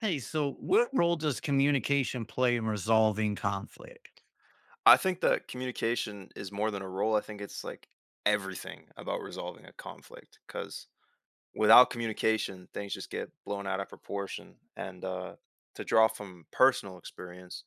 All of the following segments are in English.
Hey, so what role does communication play in resolving conflict? I think that communication is more than a role. I think it's like everything about resolving a conflict because without communication, things just get blown out of proportion. And to draw from personal experience,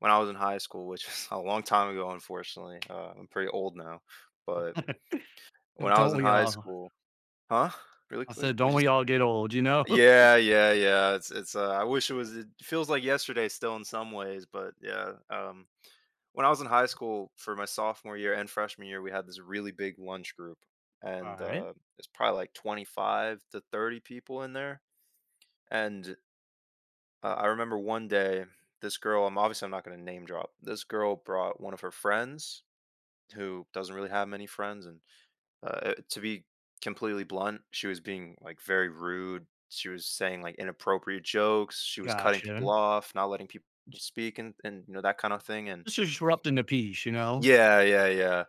when I was in high school, which is a long time ago, unfortunately, I'm pretty old now, but Well, when I was don't in we high all? school, huh? Really I quick, said, we don't we just all get old, you know? All yeah, yeah, yeah. It's. I wish it was. It feels like yesterday still in some ways, but yeah. When I was in high school for my sophomore year and freshman year, we had this really big lunch group, and right. It's probably like 25 to 30 people in there. And I remember one day, this girl, I'm not going to name drop. This girl brought one of her friends who doesn't really have many friends, and to be completely blunt, she was being like very rude. She was saying like inappropriate jokes. She was cutting people Gotcha. off, not letting people J- speak, and you know, that kind of thing. And Just disrupting the peace, you know? yeah, yeah, yeah.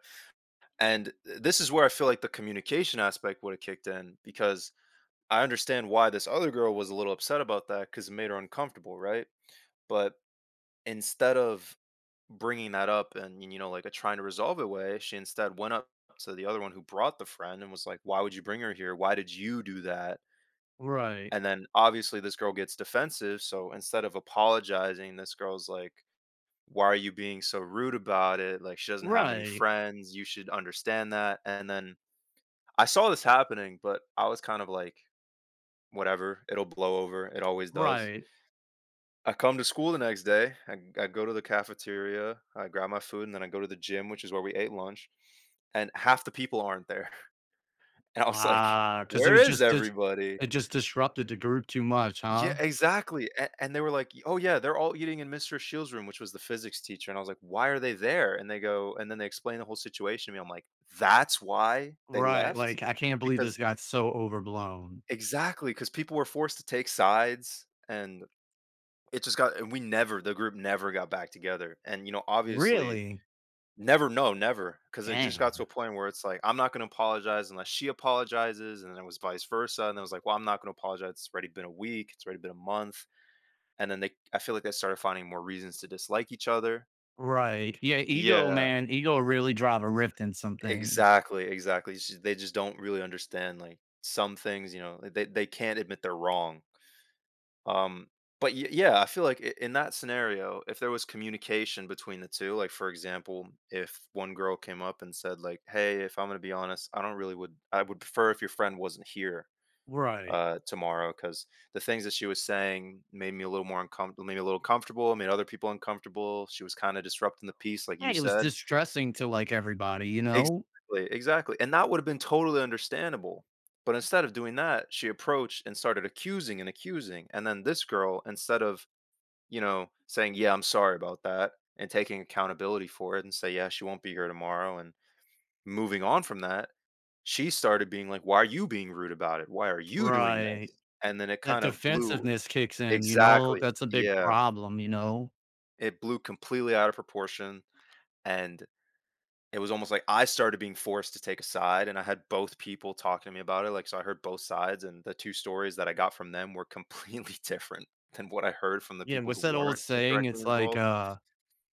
And this is where I feel like the communication aspect would have kicked in because I understand why this other girl was a little upset about that because it made her uncomfortable, right? But instead of bringing that up and, you know, like a trying to resolve it way, she instead went up to the other one who brought the friend and was like, "Why would you bring her here? Why did you do that?" Right. And then obviously this girl gets defensive, so instead of apologizing, this girl's like, "Why are you being so rude about it? Like she doesn't have many Right. friends. You should understand that." And then I saw this happening, but I was kind of like, whatever, it'll blow over. It always does. Right. I come to school the next day. I go to the cafeteria. I grab my food, and then I go to the gym, which is where we ate lunch. And half the people aren't there. And I was like, Ah, because it where was is just, dis- everybody? It just disrupted the group too much, Yeah, huh? exactly. And they were like, oh, yeah, they're all eating in Mr. Shields' room, which was the physics teacher. And I was like, why are they there? And they go, and then they explain the whole situation to me. I'm like, that's why they Right. left? Like, I can't believe this Because got so overblown. exactly, because people were forced to take sides, and it just got and we never the group never got back together, and, you know, obviously Really? never no, never, because it just got to Dang. a point where it's like, "I'm not gonna apologize unless she apologizes," and then it was vice versa, and then it was like, "Well, I'm not gonna apologize, it's already been a week, it's already been a month," and then they I feel like they started finding more reasons to dislike each other. Right. Yeah. Ego, Yeah, man. Ego really drive a rift in some things. exactly, exactly, it's ju they just don't really understand, like, some things, you know, like, they can't admit they're wrong. Um, but yeah, I feel like in that scenario, if there was communication between the two, like for example, if one girl came up and said like, "Hey, if I'm gonna be honest, I would prefer if your friend wasn't here Right. Tomorrow because the things that she was saying made me a little more uncomfortable, made me a little comfortable, made other people uncomfortable. She was kind of disrupting the peace, like you Right, it was said." distressing to, like, everybody, you know? Exactly, exactly, and that would have been totally understandable. But instead of doing that, she approached and started accusing and accusing. And then this girl, instead of, you know, saying, "Yeah, I'm sorry about that," and taking accountability for it and say, "Yeah, she won't be here tomorrow," and moving on from that, she started being like, "Why are you being rude about it? Why are you doing Right. this?" And then it That kind of blew. defensiveness kicks in, you know? Exactly. That's a big Yeah. problem, you know? It blew completely out of proportion, and it was almost like I started being forced to take a side, and I had both people talking to me about it, like, so I heard both sides, and the two stories that I got from them were completely different than what I heard from the Yeah, people what's who that old weren't, like, saying? directly involved.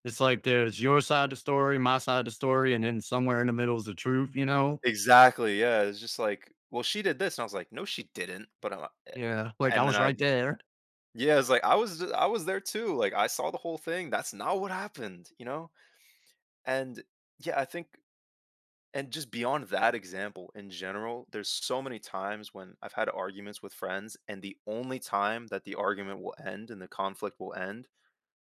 It's like there's your side of the story, my side of the story, and then somewhere in the middle is the truth, you know? Exactly, yeah, it's just like, "Well, she did this," and I was like, "No, she didn't," but, eh Yeah, like, I and then was I right there. yeah, it's like, "I was I was there too, like, I saw the whole thing, that's not what happened," you know? And, yeah, I think, and just beyond that example, in general, there's so many times when I've had arguments with friends, and the only time that the argument will end and the conflict will end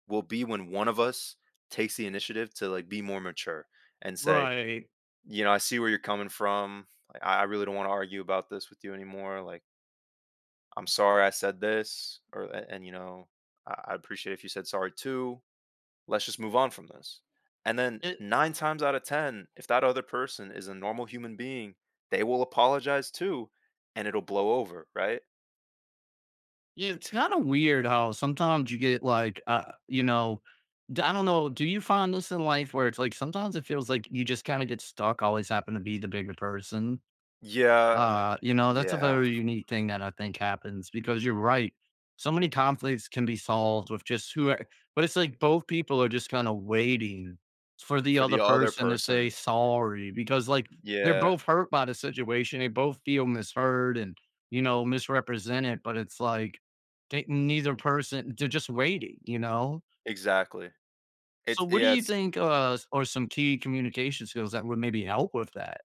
will be when one of us takes the initiative to, like, be more mature and say, Right. you know, I see where you're coming from. Like, I really don't want to argue about this with you anymore. Like, I'm sorry I said this, and you know, I appreciate if you said sorry too. Let's just move on from this. And then It nine times out of ten, if that other person is a normal human being, they will apologize too, and it'll blow over, right? yeah, it's kinda weird how sometimes you get, like, you know d I don't know, do you find this in life where it's like sometimes it feels like you just kinda get stuck, always happen to be the bigger person? Yeah, You know, that's a yeah. very unique thing that I think happens because you're right. So many conflicts can be solved with just but it's like both people are just kind of waiting for the For the other other person to say person, sorry because like they're yeah, both hurt by the situation. They both feel misheard and, you know, misrepresented, but it's like neither person, they're just waiting, you know? exactly. So what do you It's think, are some key communication skills that would maybe help with that?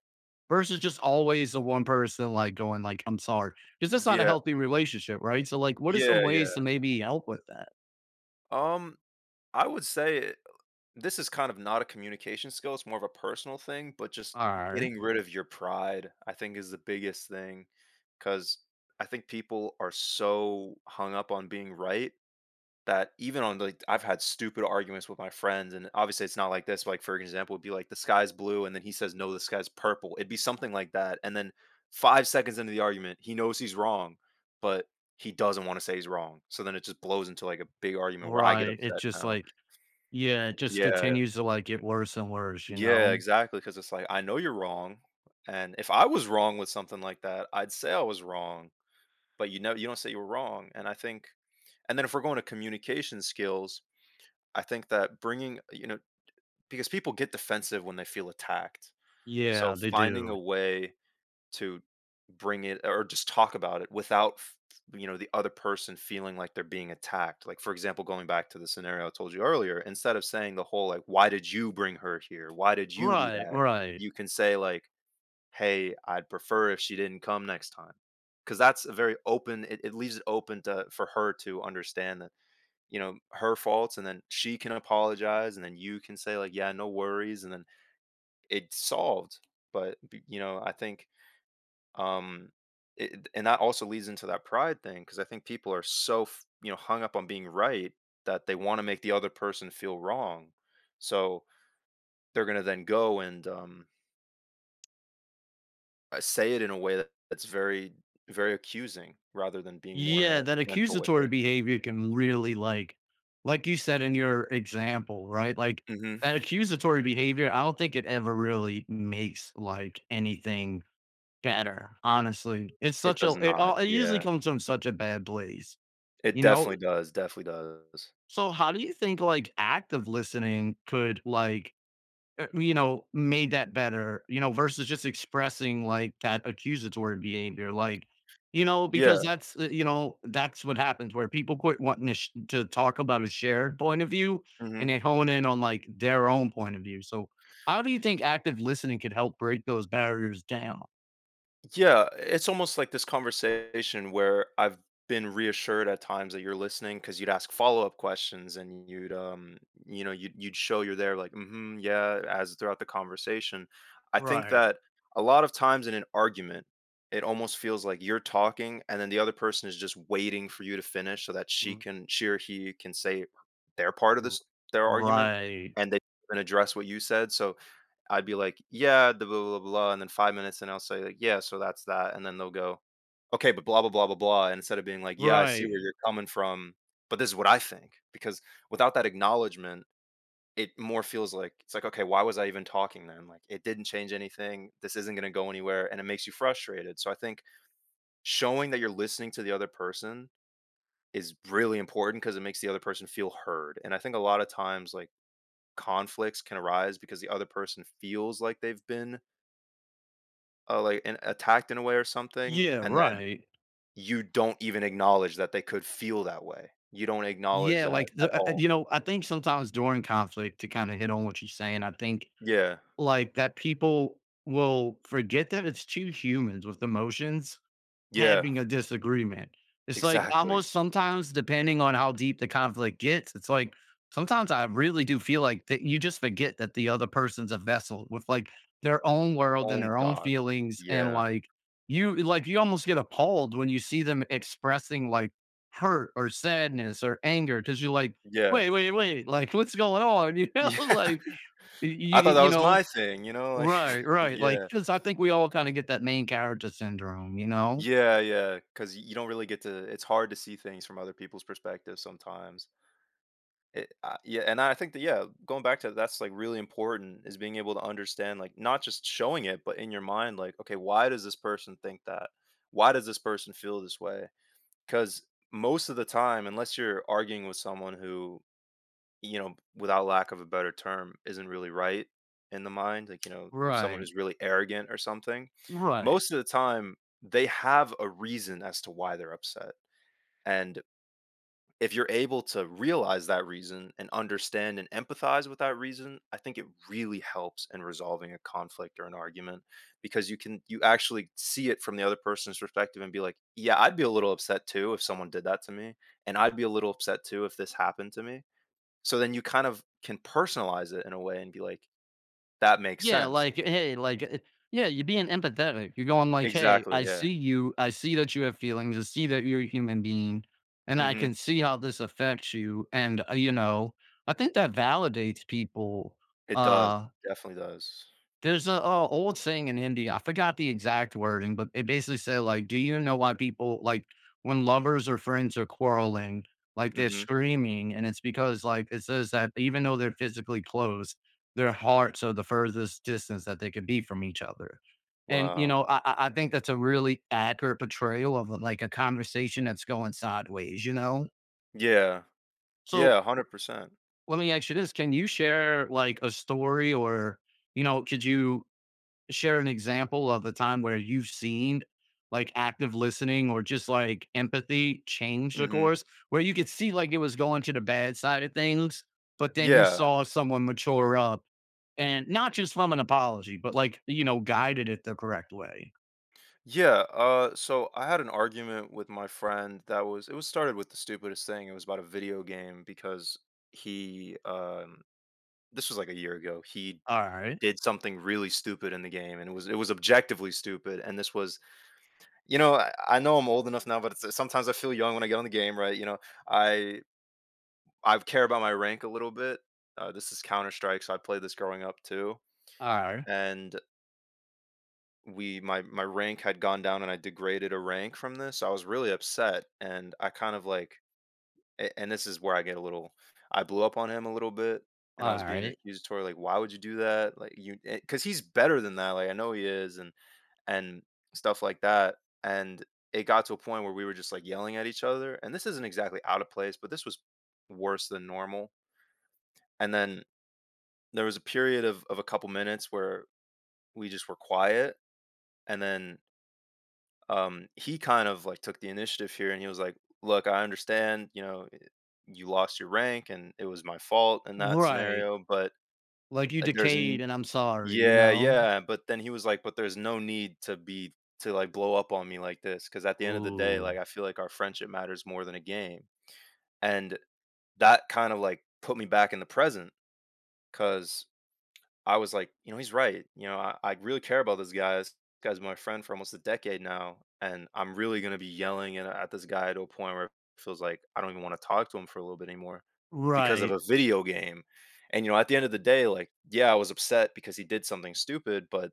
Versus just always the one person, like, going like, "I'm sorry," because that's not a yeah, healthy relationship, right? So, like, what are some yeah, yeah. ways to maybe help with that? Um, I would say this is kind of not a communication skill, it's more of a personal thing, but just Alright. getting rid of your pride, I think is the biggest thing. Because I think people are so hung up on being right that even on, like, I've had stupid arguments with my friends, and obviously it's not like this, but, like, for example, it'd be like, "The sky's blue," and then he says, "No, the sky's purple." It'd be something like that, and then 5 seconds into the argument, he knows he's wrong, but he doesn't wanna say he's wrong, so then it just blows into, like, a big argument where I get Right. upset It's just now. like yeah, it just Yeah. continues to, like, get worse and worse, you Yeah, know? exactly. Because it's like, I know you're wrong, and if I was wrong with something like that, I'd say I was wrong, but you know you don't say you were wrong, and I think, and then if we're going to communication skills, I think that bringing, you know, because people get defensive when they feel attacked, so Yeah, they finding do. a way to bring it or just talk about it without you know, the other person feeling like they're being attacked, like for example going back to the scenario I told you earlier, instead of saying the whole like, "Why did you bring her here? Why did you do Right, that?" right. You can say like, "Hey, I'd prefer if she didn't come next time," because that's a very open, it leaves it open to for her to understand that, you know, her faults, and then she can apologize and then you can say like, "Yeah, no worries," and then it's solved. But you know I think, um it, and that also leads into that pride thing because I think people are so you know hung up on being right, that they want to make the other person feel wrong, so they're going to then go and say it in a way that's very very accusing rather than being more Yeah, that gentle with accusatory it. behavior can really like you said in your example, right? Like Hmm. that accusatory behavior, I don't think it ever really makes like anything better, honestly. It's It such a does it not, all it usually yeah, comes from such a bad place, it you know? definitely does, definitely does. So how do you think like active listening could like you know, made that better, you know, versus just expressing like that accusatory behavior, like, you know, because Yeah. that's, you know, that's what happens where people quit wanting to, to talk about a shared point of view and they Hmm. hone in on like their own point of view. So, how do you think active listening could help break those barriers down? Yeah, it's almost like this conversation where I've been reassured at times that you're listening because you'd ask follow-up questions and you'd you know you'd show you're there, like mm-hmm, yeah, as throughout the conversation. I think Right. that a lot of times in an argument it almost feels like you're talking and then the other person is just waiting for you to finish so that Mm, she or he can say their part of mm. this, their argument, Right. and they can address what you said. So I'd be like, "Yeah, the blah blah blah, blah," and then 5 minutes, and I'll say like, "Yeah, so that's that," and then they'll go, "Okay, but blah blah blah blah blah," and instead of being like, "Yeah, I see Right. where you're coming from, but this is what I think." Because without that acknowledgement, it more feels like it's like, "Okay, why was I even talking then?" Like it didn't change anything. This isn't going to go anywhere and it makes you frustrated. So I think showing that you're listening to the other person is really important because it makes the other person feel heard. And I think a lot of times, like, conflicts can arise because the other person feels like they've been... Oh, like, and attacked in a way or something, Yeah, and then right. you don't even acknowledge that they could feel that way. You don't acknowledge Yeah, that like at all. you know, I think sometimes during conflict to kind of hit on what you're saying, I think Yeah. like, that people will forget that it's 2 humans with emotions Yeah. having a disagreement. It's like, Exactly. almost sometimes, depending on how deep the conflict gets, it's like, sometimes I really do feel like that you just forget that the other person's a vessel with, like, their own world and Own their own thoughts. feelings, and, Yeah. Like, you almost get appalled when you see them expressing, like, hurt or sadness or anger because 'cause you're like, Yeah. " like, what's going on?" You know? Yeah. Like, I thought that you was my know? thing, you know, like Right, right, like, Yeah. cause I think we all kinda get that main character syndrome, you know? Yeah, yeah. Because you don't really get to... it's hard to see things from other people's perspectives sometimes. It, yeah, and I think that, yeah, going back to that's like really important is being able to understand, like, not just showing it, but in your mind, like, okay, why does this person think that? Why does this person feel this way? Because most of the time, unless you're arguing with someone who, you know, without lack of a better term, isn't really right in the mind, like, you know, if someone Right, who's really arrogant or something, right. most of the time they have a reason as to why they're upset, and if you're able to realize that reason and understand and empathize with that reason, I think it really helps in resolving a conflict or an argument because you can... you actually see it from the other person's perspective and be like, yeah, I'd be a little upset too if someone did that to me, and I'd be a little upset too if this happened to me. So then you kind of can personalize it in a way and be like, that makes Yeah, sense. like, hey, yeah, you're being empathetic, you're going like, "Hey, Exactly, I yeah. see you, I see that you have feelings, I see that you're a human being, and I Mhm. can see how this affects you," and, you know, I think that validates people, It does. uh. Definitely does. There's a old saying in India. I forgot the exact wording, but it basically said like, "Do you know why people like when lovers or friends are quarreling, like they're Mhm. screaming?" And it's because like it says that even though they're physically close, their hearts are the furthest distance that they could be from each other. And you Wow. know, I think that's a really accurate portrayal of like a conversation that's going sideways. You know, Yeah. Yeah, so 100%. let me ask you this: Can you share like a story or you know, could you share an example of the time where you've seen like active listening or just like empathy change the Mhm. course where you could see like it was going to the bad side of things, but then you Yeah. saw someone mature up and not just from an apology, but like, you know, guided it the correct way. Yeah, so I had an argument with my friend that was... it was started with the stupidest thing. It was about a video game because he this was like a year ago. He All right. did something really stupid in the game, and it was... it was objectively stupid, and this was, you know, I know I'm old enough now, but it's... sometimes I feel young when I get on the game, right, you know. I I care about my rank a little bit. This is Counter Strike, so I played this growing up too, All right. and we... my rank had gone down, and I degraded a rank from this. So I was really upset, and I kind of like... and this is where I get a little... I blew up on him a little bit, and I All was being right. accusatory, like, why would you do that? Like, you... cuz he's better than that. Like, I know he is, and stuff like that, and it got to a point where we were just, like, yelling at each other, and this isn't exactly out of place, but this was worse than normal. And then there was a period of a couple minutes where we just were quiet. And then he kind of like took the initiative here and he was like, look, I understand, you know, you lost your rank and it was my fault in that Right. scenario, but... Like you uh, there's, decayed n- and I'm sorry, you yeah, know? yeah. But then he was like, but there's no need to be, to like blow up on me like this. Cause at the end of the day, Ooh. like, I feel like our friendship matters more than a game. And that kind of like put me back in the present. Cause I was like, you know, he's right. You know, I really care about this guy. This guy's been my friend for almost a decade now, and I'm really gonna be yelling at this guy to a point where it feels like I don't even want to talk to him for a little bit anymore because of Right. a video game. And you know, at the end of the day, like, yeah, I was upset because he did something stupid, but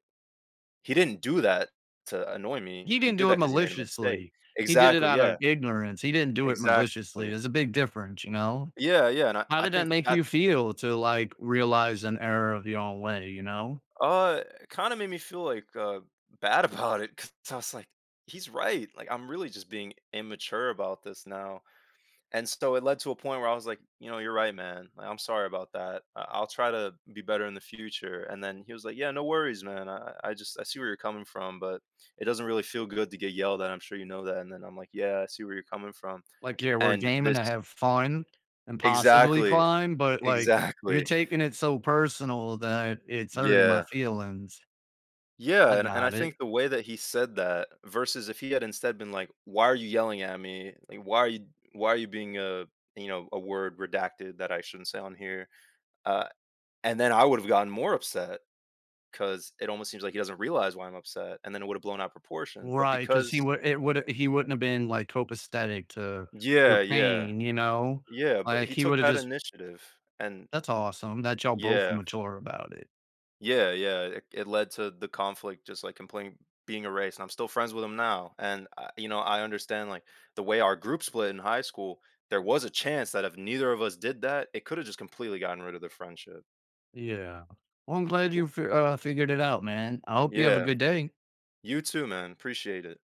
he didn't do that to annoy me. He He didn't did do it that because he made a mistake. maliciously. He did it Exactly. out Yeah. of ignorance. He didn't do it maliciously. Exactly. There's a big difference, you know? Yeah. Yeah. And I, How I did that think make that... you feel to, like, realize an error of your own way, you know? It kind of made me feel like, bad about it because I was like, he's right. Like, I'm really just being immature about this now. And so it led to a point where I was like, you know, you're right, man. Like, I'm sorry about that. I'll try to be better in the future. And then he was like, yeah, no worries, man. I just, I see where you're coming from, but it doesn't really feel good to get yelled at. I'm sure you know that. And then I'm like, yeah, I see where you're coming from. Like, yeah, we're And gaming this, to have fun and possibly exactly, climb, but, like, you're exactly. taking it so personal that it's hurting my Yeah. feelings. Yeah, I and I got it. think the way that he said that versus if he had instead been like, "Why are you yelling at me? Like, why are you... why are you being a, you know, a word redacted that I shouldn't say on here?" Uh, and then I would have gotten more upset because it almost seems like he doesn't realize why I'm upset, and then it would have blown out proportion. But Right, because because... he wouldn't have been, like, copacetic to your yeah, yeah, pain, you know? yeah, but Like, he he took would have that just initiative, and that's awesome that y'all both were yeah. mature about it. Yeah, yeah. It led to the conflict, just like complaining, being erased. And I'm still friends with him now. And I, you know, I understand, like, the way our group split in high school. There was a chance that if neither of us did that, it could have just completely gotten rid of the friendship. Yeah. Well, I'm glad W- you fi figured it out, man. I hope you have a Yeah, good day. you too, man. Appreciate it.